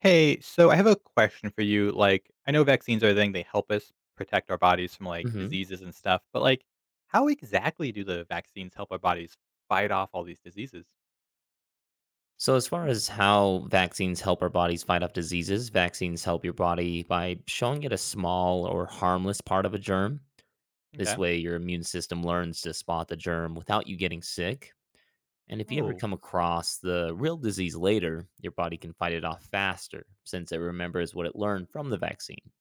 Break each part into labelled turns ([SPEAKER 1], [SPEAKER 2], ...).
[SPEAKER 1] Hey, so I have a question for you. Like, I know vaccines are a thing, they help us protect our bodies from like
[SPEAKER 2] Hmm.
[SPEAKER 1] diseases and stuff, but like, how exactly do the vaccines help our bodies fight off all these diseases?
[SPEAKER 2] So, as far as how vaccines help our bodies fight off diseases, vaccines help your body by showing it a small or harmless part of a germ. This
[SPEAKER 1] Okay.
[SPEAKER 2] way, your immune system learns to spot the germ without you getting sick. And if you ever
[SPEAKER 1] Oh,
[SPEAKER 2] come across the real disease later, your body can fight it off faster since it remembers what it learned from the vaccine.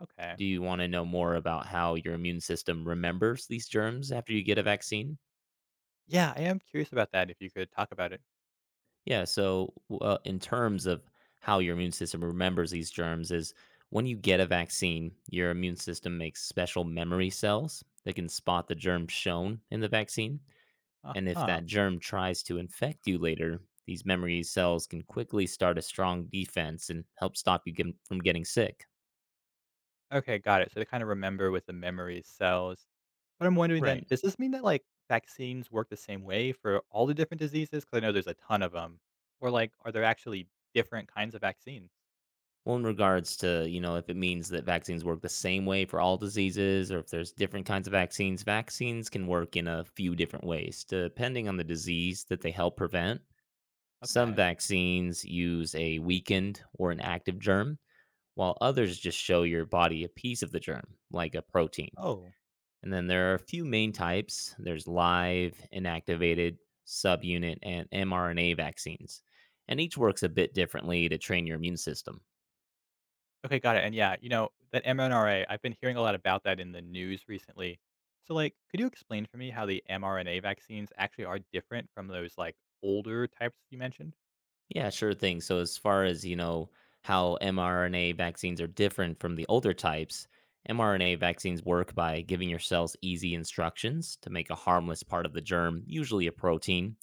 [SPEAKER 1] okay.
[SPEAKER 2] Do you want to know more about how your immune system remembers these germs after you get a vaccine?
[SPEAKER 1] Yeah, I am curious about that if you could talk about it.
[SPEAKER 2] Yeah. So, in terms of how your immune system remembers these germs, is when you get a vaccine, your immune system makes special memory cells that can spot the germ shown in the vaccine.
[SPEAKER 1] Uh
[SPEAKER 2] And if
[SPEAKER 1] huh.
[SPEAKER 2] that germ tries to infect you later, these memory cells can quickly start a strong defense and help stop you from getting sick.
[SPEAKER 1] Okay, got it. So they kind of remember with the memory cells. But I'm wondering then,
[SPEAKER 2] Right.
[SPEAKER 1] does this mean that like vaccines work the same way for all the different diseases? Because I know there's a ton of them. Or like, are there actually different kinds of vaccines?
[SPEAKER 2] Well, in regards to, you know, if it means that vaccines work the same way for all diseases or if there's different kinds of vaccines, vaccines can work in a few different ways depending on the disease that they help prevent. Some
[SPEAKER 1] Okay.
[SPEAKER 2] vaccines use a weakened or an active germ, while others just show your body a piece of the germ, like a protein.
[SPEAKER 1] Oh.
[SPEAKER 2] And then there are a few main types: there's live, inactivated, subunit, and mRNA vaccines. And each works a bit differently to train your immune system.
[SPEAKER 1] Okay, got it. And yeah, you know, that mRNA, I've been hearing a lot about that in the news recently. So like, could you explain for me how the mRNA vaccines actually are different from those like older types you mentioned?
[SPEAKER 2] Yeah, sure thing. So as far as, you know, how mRNA vaccines are different from the older types, mRNA vaccines work by giving your cells easy instructions to make a harmless part of the germ, usually a protein.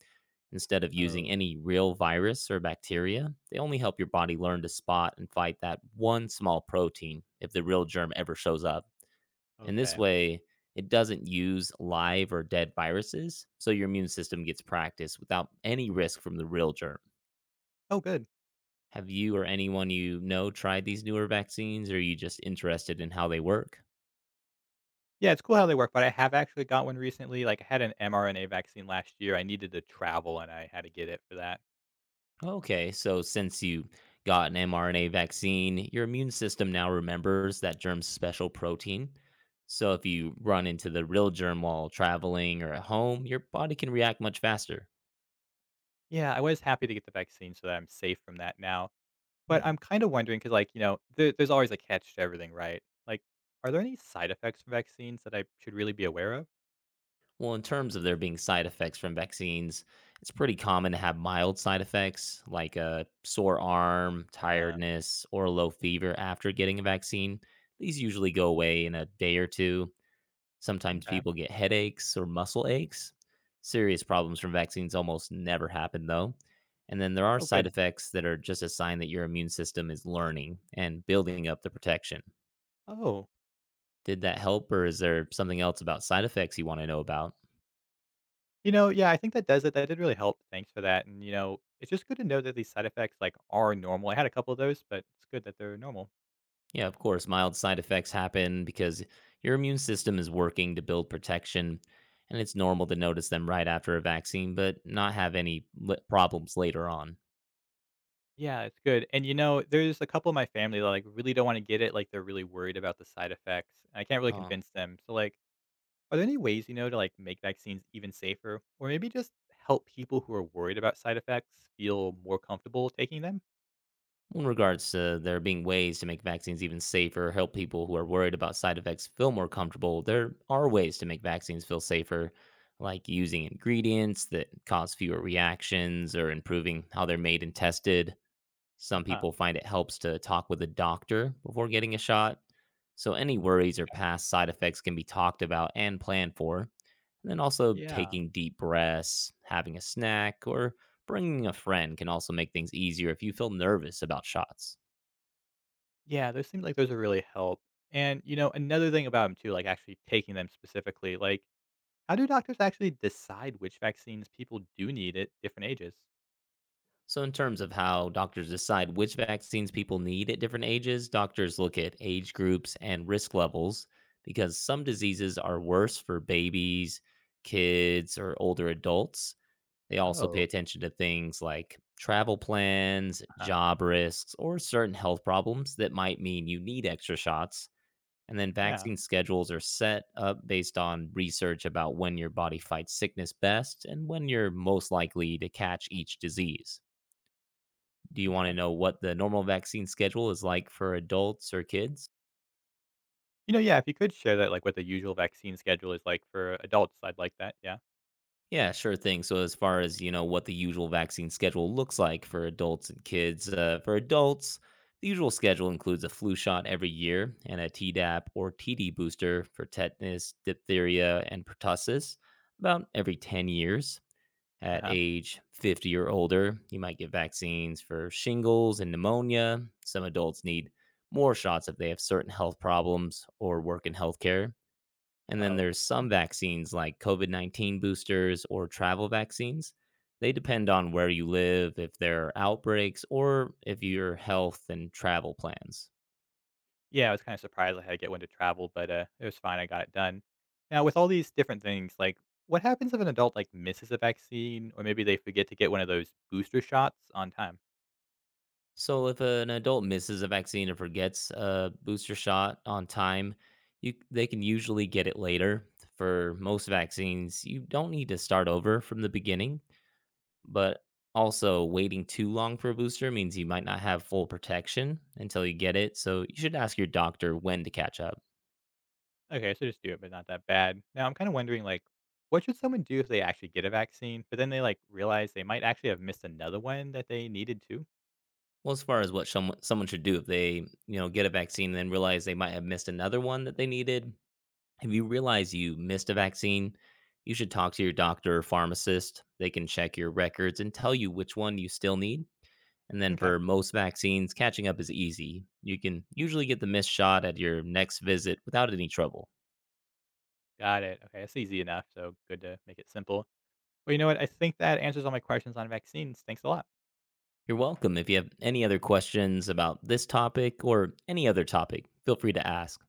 [SPEAKER 2] Instead of using
[SPEAKER 1] Oh,
[SPEAKER 2] any real virus or bacteria, they only help your body learn to spot and fight that one small protein if the real germ ever shows up. And this
[SPEAKER 1] okay.
[SPEAKER 2] way, it doesn't use live or dead viruses, so your immune system gets practice without any risk from the real germ.
[SPEAKER 1] Oh, good.
[SPEAKER 2] Have you or anyone you know tried these newer vaccines, or are you just interested in how they work?
[SPEAKER 1] Yeah, it's cool how they work, but I have actually got one recently. Like, I had an mRNA vaccine last year. I needed to travel and I had to get it for that.
[SPEAKER 2] Okay, so since you got an mRNA vaccine, your immune system now remembers that germ's special protein. So if you run into the real germ while traveling or at home, your body can react much faster.
[SPEAKER 1] Yeah, I was happy to get the vaccine so that I'm safe from that now. But I'm
[SPEAKER 2] Hmm.
[SPEAKER 1] kind of wondering because, like, you know, there's always a catch to everything, right? Like, are there any side effects from vaccines that I should really be aware of?
[SPEAKER 2] Well, in terms of there being side effects from vaccines, it's pretty common to have mild side effects like a sore arm,
[SPEAKER 1] Uh-huh.
[SPEAKER 2] tiredness, or a low fever after getting a vaccine. These usually go away in a day or two. Sometimes
[SPEAKER 1] Okay.
[SPEAKER 2] people get headaches or muscle aches. Serious problems from vaccines almost never happen, though. And then there are
[SPEAKER 1] Oh,
[SPEAKER 2] side
[SPEAKER 1] good.
[SPEAKER 2] effects that are just a sign that your immune system is learning and building up the protection.
[SPEAKER 1] Oh,
[SPEAKER 2] Did that help, or is there something else about side effects you want to know about?
[SPEAKER 1] you know, yeah, I think that does it. That did really help. Thanks for that. And you know, it's just good to know that these side effects like are normal. I had a couple of those, but it's good that they're normal.
[SPEAKER 2] Yeah, of course, mild side effects happen because your immune system is working to build protection, and it's normal to notice them right after a vaccine, but not have any problems later on.
[SPEAKER 1] Yeah, it's good. And you know, there's a couple of my family that like really don't want to get it. Like, they're really worried about the side effects. I can't really
[SPEAKER 2] Oh,
[SPEAKER 1] convince them. So like, are there any ways you know to like make vaccines even safer, or maybe just help people who are worried about side effects feel more comfortable taking them?
[SPEAKER 2] in regards to there being ways to make vaccines even safer, help people who are worried about side effects feel more comfortable, there are ways to make vaccines feel safer, like using ingredients that cause fewer reactions or improving how they're made and tested.
[SPEAKER 1] Uh
[SPEAKER 2] Some
[SPEAKER 1] huh.
[SPEAKER 2] people find it helps to talk with a doctor before getting a shot. So, any worries or past side effects can be talked about and planned for. And then also
[SPEAKER 1] Yeah.
[SPEAKER 2] taking deep breaths, having a snack, or bringing a friend can also make things easier if you feel nervous about shots.
[SPEAKER 1] Yeah, those seem like those are really help. And, you know, another thing about them too, like actually taking them specifically, like, how do doctors actually decide which vaccines people do need at different ages?
[SPEAKER 2] So, in terms of how doctors decide which vaccines people need at different ages, doctors look at age groups and risk levels because some diseases are worse for babies, kids, or older adults. They also pay
[SPEAKER 1] Oh,
[SPEAKER 2] attention to things like travel plans,
[SPEAKER 1] uh-huh.
[SPEAKER 2] job risks, or certain health problems that might mean you need extra shots. And then
[SPEAKER 1] Yeah,
[SPEAKER 2] vaccine schedules are set up based on research about when your body fights sickness best and when you're most likely to catch each disease. Do you want to
[SPEAKER 1] okay.
[SPEAKER 2] know what the normal vaccine schedule is like for adults or kids?
[SPEAKER 1] You know, yeah, if you could share that, like, what the usual vaccine schedule is like for adults, I'd like that, yeah.
[SPEAKER 2] Yeah, sure thing. So as far as, you know, what the usual vaccine schedule looks like for adults and kids, for adults, the usual schedule includes a flu shot every year and a Tdap or TD booster for tetanus, diphtheria, and pertussis about every 10 years. At
[SPEAKER 1] Uh-huh.
[SPEAKER 2] age 50 or older, you might get vaccines for shingles and pneumonia. Some adults need more shots if they have certain health problems or work in healthcare. And then
[SPEAKER 1] Oh,
[SPEAKER 2] there's some vaccines like COVID 19 boosters or travel vaccines. They depend on where you live, if there are outbreaks, or if your health and travel plans.
[SPEAKER 1] yeah, I was kind of surprised I had to get one to travel, but, it was fine, I got it done. Now, with all these different things, like, what happens if an adult, like, misses a vaccine or maybe they forget to get one of those booster shots on time?
[SPEAKER 2] So, if an adult misses a vaccine or forgets a booster shot on time, they can usually get it later. For most vaccines, you don't need to start over from the beginning, but also waiting too long for a booster means you might not
[SPEAKER 1] Uh-huh.
[SPEAKER 2] have full protection until you get it, so you should ask your doctor when to catch up.
[SPEAKER 1] Okay, so just do it, but not that bad. Now I'm kind of wondering, like, what should someone do if they actually get a vaccine, but then they like realize they might actually have missed another one that they needed to?
[SPEAKER 2] Well, as far as what someone should do if they, you know, get a vaccine and then realize they might have missed another one that they needed, if you realize you missed a vaccine, you should talk to your doctor or pharmacist. They can check your records and tell you which one you still need. And then
[SPEAKER 1] Okay,
[SPEAKER 2] for most vaccines, catching up is easy. You can usually get the missed shot at your next visit without any trouble.
[SPEAKER 1] got it. Okay, that's easy enough. So good to make it simple. Well, you know what? I think that answers all my questions on vaccines. Thanks a lot.
[SPEAKER 2] You're welcome. If you have any other questions about this topic or any other topic, feel free to ask.